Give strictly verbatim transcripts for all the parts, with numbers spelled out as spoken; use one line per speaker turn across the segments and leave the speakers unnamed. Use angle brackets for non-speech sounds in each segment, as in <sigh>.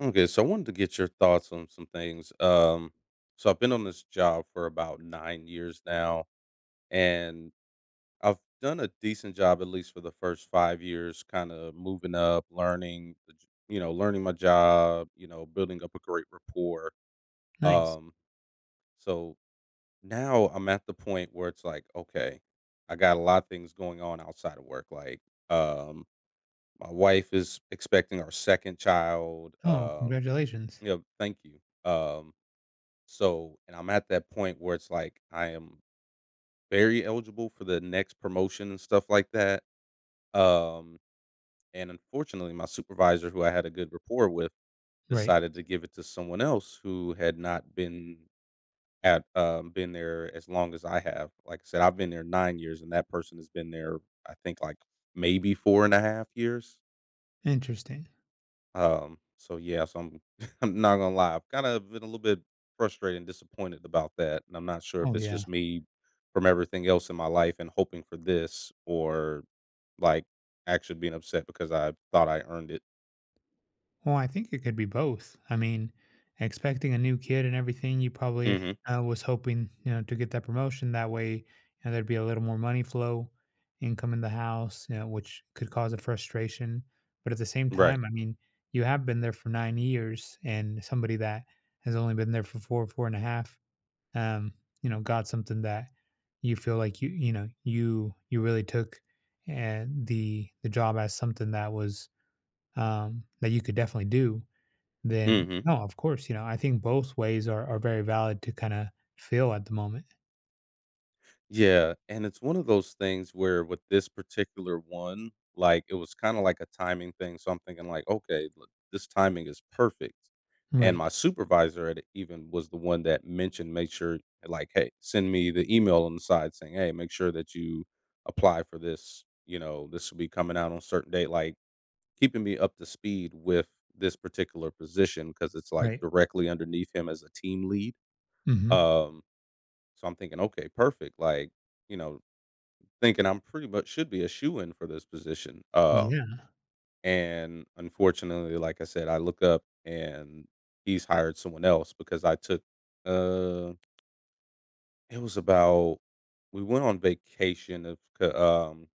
Okay, so I wanted to get your thoughts on some things. Um, so I've been on this job for about nine years now, and I've done a decent job, at least for the first five years, kind of moving up, learning, the j- you know, learning my job, you know, building up a great rapport.
Nice.
Um, so now I'm at the point where it's like, okay, I got a lot of things going on outside of work. Like, um, my wife is expecting our second child.
Oh,
Um,
congratulations.
you know, thank you. Um, So, and I'm at that point where it's like I am very eligible for the next promotion and stuff like that. Um, and unfortunately, my supervisor, who I had a good rapport with,
Right.
decided to give it to someone else who had not been at um, been there as long as I have. Like I said, I've been there nine years, and that person has been there, I think, like maybe four and a half years.
Interesting.
Um, so yeah, so I'm <laughs> I'm not gonna lie, I've kind of been a little bit frustrated and disappointed about that, and I'm not sure if
Oh,
it's
yeah.
just me from everything else in my life and hoping for this, or like actually being upset because I thought I earned it.
Well, I think it could be both. I mean, expecting a new kid and everything, you probably
Hmm.
uh, was hoping, you know, to get that promotion. That way, you know, there'd be a little more money flow, income in the house, you know, which could cause a frustration. But at the same
Right.
time, I mean, you have been there for nine years, and somebody that has only been there for four, four and a half, um, you know, got something that you feel like you, you know, you you really took and the the job as something that was um that you could definitely do, then
Hmm.
no, of course, you know, I think both ways are are very valid to kind of feel at the moment.
Yeah, and it's one of those things where with this particular one, like, it was kinda like a timing thing, so I'm thinking like, "Okay, look, this timing is perfect," and my
Right.
supervisor at it even was the one that mentioned, "Make sure like, hey, send me the email on the side saying, hey, make sure that you apply for this,' you know, this will be coming out on a certain date," like, keeping me up to speed with this particular position because it's, like,
Right.
directly underneath him as a team lead.
Hmm.
Um, so I'm thinking, "Okay, perfect," like, you know thinking I'm pretty much should be a shoe-in for this position. Um,
Yeah.
and unfortunately, like I said, I look up and he's hired someone else because I took, uh, it was about, we went on vacation of, c- um,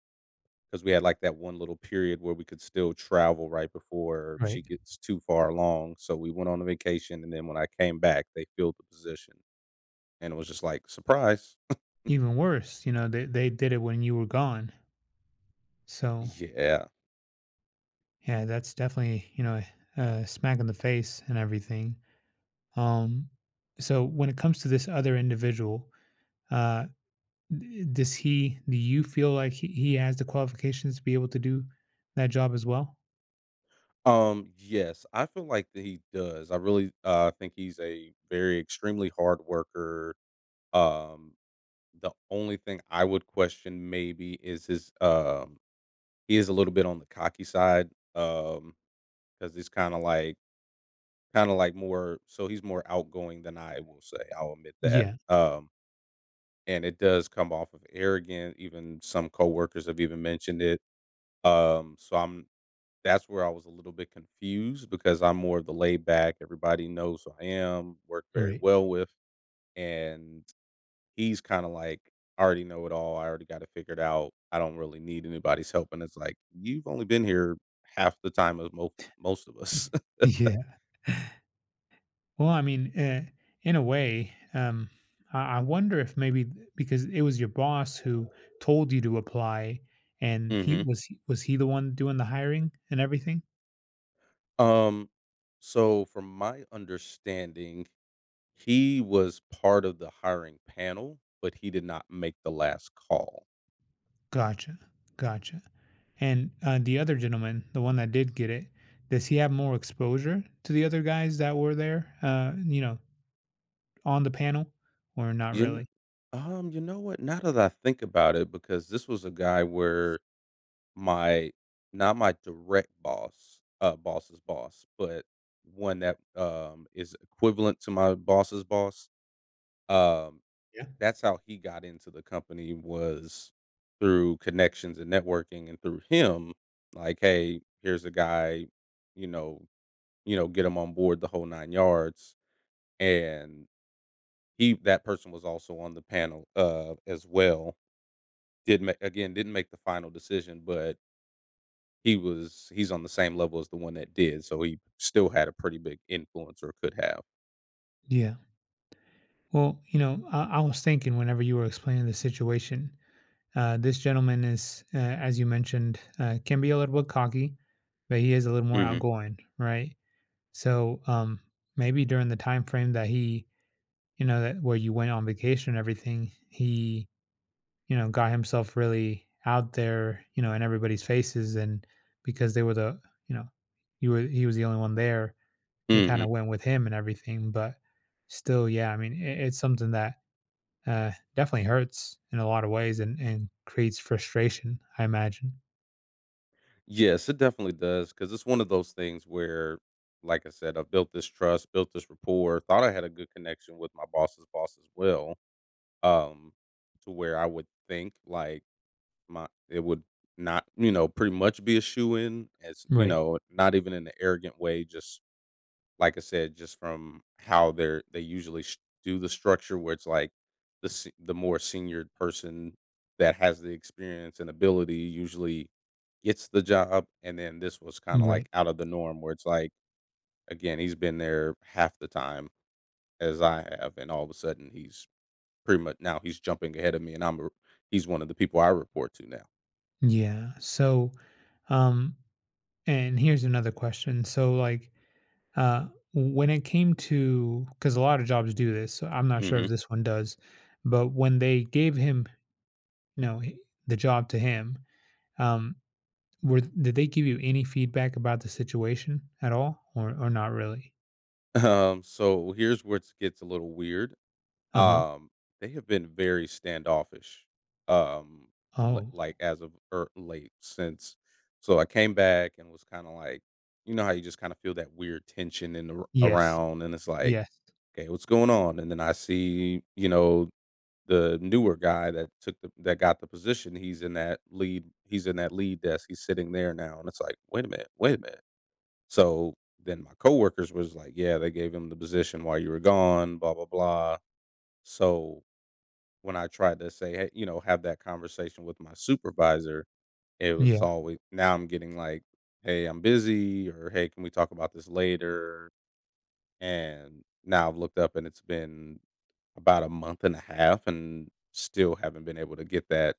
because we had like that one little period where we could still travel right before
Right.
she gets too far along. So we went on a vacation, and then when I came back, they filled the position, and it was just like surprise.
Even worse, you know, they they did it when you were gone. So
Yeah.
yeah, that's definitely, you know, a smack in the face and everything. Um so when it comes to this other individual, Uh, d- does he? Do you feel like he, he has the qualifications to be able to do that job as well?
Um, yes, I feel like that he does. I really uh think he's a very extremely hard worker. Um, the only thing I would question maybe is his um he is a little bit on the cocky side. Um, because he's kind of like kind of like more so he's more outgoing than I will say. I'll admit that.
Yeah.
Um, and it does come off of arrogant. Even some coworkers have even mentioned it. Um, so I'm That's where I was a little bit confused because I'm more of the laid back, everybody knows who I am, work very
Right.
well with, and he's kinda like, "I already know it all, I already got it figured out, I don't really need anybody's help," and it's like, "You've only been here half the time as most most of us."
Y-
<laughs>
Yeah. Well, I mean, uh, in a way, um, I, I wonder if maybe th- because it was your boss who told you to apply, and he
Mhm.
was he- was he the one doing the hiring and everything?
Um, so from my understanding, he was part of the hiring panel, but he did not make the last call.
Gotcha. Gotcha. And uh, the other gentleman, the one that did get it, does he have more exposure to the other guys that were there? Uh, you know, on the panel or not
You kn
really?
um, you know what? Now that I think about it, because this was a guy where my not my direct boss, uh, boss's boss, but one that, um, is equivalent to my boss's boss, um,
Yeah.
that's how he got into the company was through connections and networking and through him, like, "Hey, here's a guy, you know you know, get him on board the whole nine yards," and he that person was also on the panel, uh, as well. Did make again, didn't make the final decision, but he was he's on the same level as the one that did, so he still had a pretty big influence or could have.
Yeah. Well, you know, I, I was thinking whenever you were explaining the situation, uh, this gentleman is, uh, as you mentioned, uh, can be a little bit cocky, but he is a little more
Mhm,
outgoing, right? So um, maybe during the time frame that he, you know, that where you went on vacation and everything, he, you know, got himself really out there, you know, in everybody's faces, and because they were the, you know, you were he was the only one there, they kind of
mhm.
went with him and everything. But still, yeah, I mean, it, it's something that uh, definitely hurts in a lot of ways and, and creates frustration, I imagine.
Yes, it definitely does, because it's one of those things where, like I said, I built this trust, built this rapport, thought I had a good connection with my boss's boss as well, um, to where I would think, like, my it would not, you know, pretty much be a shoe in as, you
Right.
know, not even in an arrogant way, just like I said, just from how they're they usually sh- do the structure where it's like the se- the more senior person that has the experience and ability usually gets the job, and then this was kind of
Right.
like out of the norm where it's like again he's been there half the time as I have, and all of a sudden he's pretty much now he's jumping ahead of me, and I'm a, he's one of the people I report to now.
Yeah. So, um, and here's another question. So, like, uh, when it came to, because a lot of jobs do this, so I'm not sure if
Hmm.
this one does, but when they gave him, you know, h- the job to him, um, were did they give you any feedback about the situation at all, or or not really?
<laughs> Um, so here's where it gets a little weird.
Uh-huh.
Um, they have been very standoffish, um, li
Oh,
like, as of er late, since so I came back and was kinda like, you know how you just kinda feel that weird tension in the r
yes.
around, and it's like,
Yes.
"Okay, what's going on?" And then I see, you know, the newer guy that took the that got the position, he's in that lead he's in that lead desk, he's sitting there now, and it's like, "Wait a minute, wait a minute." So, then my coworkers was like, "Yeah, they gave him the position while you were gone, blah, blah, blah." So when I tried to say, hey, you know, have that conversation with my supervisor, it was
Yeah.
always now I'm getting like, hey, I'm busy, or hey, can we talk about this later? And now I've looked up and it's been about a month and a half and still haven't been able to get that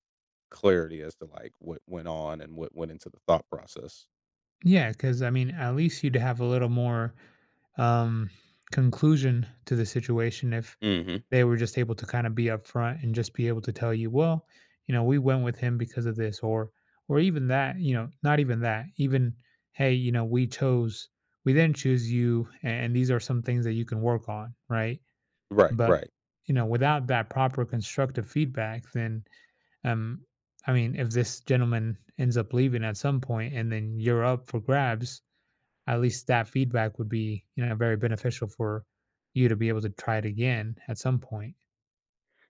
clarity as to like what went on and what went into the thought process.
Yeah. Because I mean, at least you'd have a little more, um, conclusion to the situation if
Hmm.
they were just able to kinda be upfront and just be able to tell you, "Well, you know, we went with him because of this," or or even that, you know, not even that, even, "Hey, you know, we chose we then choose you, and these are some things that you can work on," right?
Right,
But,
right.
you know, without that proper constructive feedback, then Um, I mean, if this gentleman ends up leaving at some point and then you're up for grabs, at least that feedback would be, you know, very beneficial for you to be able to try it again at some point.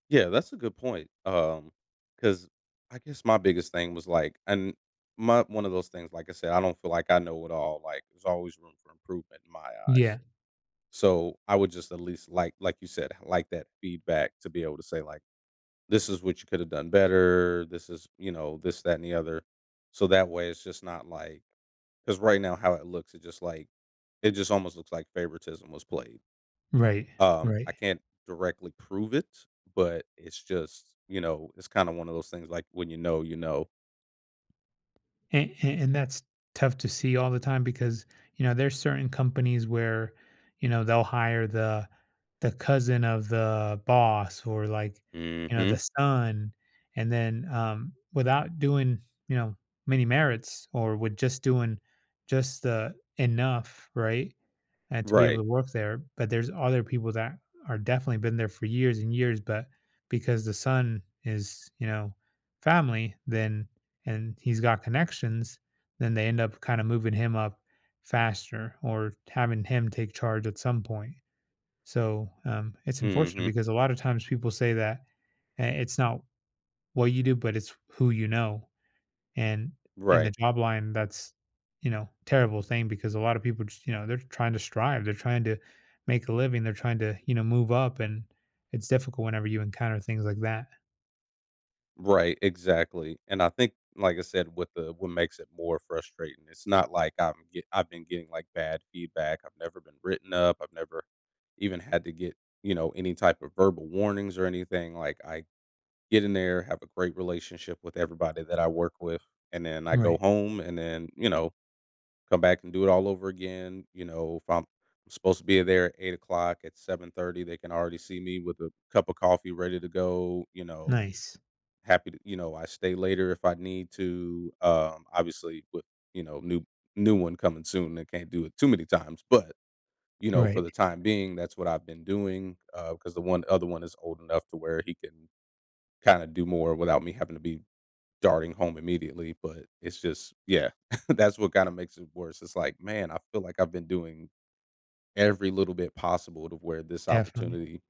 Yeah, that's a good point. Um, cause I guess my biggest thing was, like, and my one of those things, like I said, I don't feel like I know it all, like, there's always room for improvement in my eyes.
Yeah.
So, I would just at least like like you said, like that feedback to be able to say, like, "This is what you coulda done better. This is" you know, "this, that, and the other." So that way, it's just not like, cause right now how it looks, it just, like it just almost looks like favoritism was played.
Right.
Um,
Right.
I can't directly prove it, but it's just, you know, it's kind of one of those things like when you know, you know.
and, and and that's tough to see all the time because you know there's certain companies where you know they'll hire the the cousin of the boss, or like you know the
Mhm.
son. And then um without doing, you know, many merits or with just doing just the enough, right, uh, to be able to
Right.
work there. But there's other people that are definitely been there for years and years, but because the son is, you know, family, then and he's got connections, then they end up kind of moving him up faster or having him take charge at some point. So um, it's unfortunate
Mhm.
because a lot of times people say that uh, it's not what you do, but it's who you know. And in the
Right.
job line, that's, you know, terrible thing because a lot of people just, you know, they're trying to strive, they're trying to make a living, they're trying to, you know, move up, and it's difficult whenever you encounter things like that.
Right, exactly. And I think like I said with the what makes it more frustrating, it's not like I'm get, I've been getting like bad feedback. I've never been written up. I've never even had to get, you know, any type of verbal warnings or anything. Like I get in there, have a great relationship with everybody that I work with, and then I go
Right.
home and then, you know, come back and do it all over again. You know, if I'm supposed to be there at eight o'clock, at seven thirty, they can already see me with a cup of coffee ready to go, you know,
Nice.
happy to, you know, I stay later if I need to. Um, obviously with, you know, new new one coming soon, I can't do it too many times, but you know, for
Right.
the time being, that's what I've been doing because the one other one is old enough to where he can kind of do more without me having to be darting home immediately, but it's just yeah, <laughs> that's what kinda makes it worse. It's like, man, I feel like I've been doing every little bit possible to where this
Definitely.
opportunity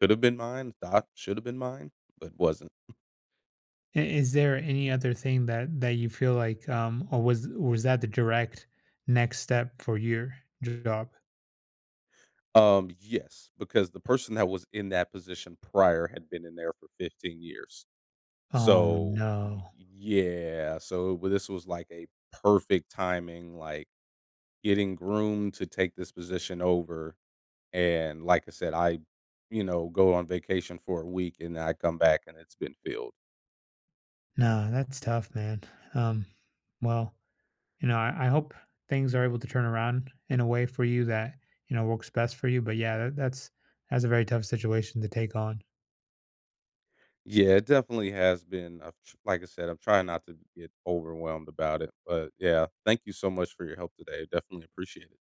could have been mine, thought should have been mine, but wasn't.
I Is there any other thing that that you feel like, um or was was that the direct next step for your job?
Um, yes, because the person that was in that position prior had been in there for fifteen years.
Oh,
So, y
no.
yeah, so w this was like a perfect timing, like, getting groomed to take this position over. And like I said, I, you know, go on vacation for a week and I come back and it's been filled.
No, that's tough, man. Um, well, you know, I, I hope things are able to turn around in a way for you that you know works best for you. But yeah, that, that's that's a very tough situation to take on.
Yeah, it definitely has been. I've tr- Like I said, I'm trying not to get overwhelmed about it. But yeah, thank you so much for your help today. Definitely appreciate it.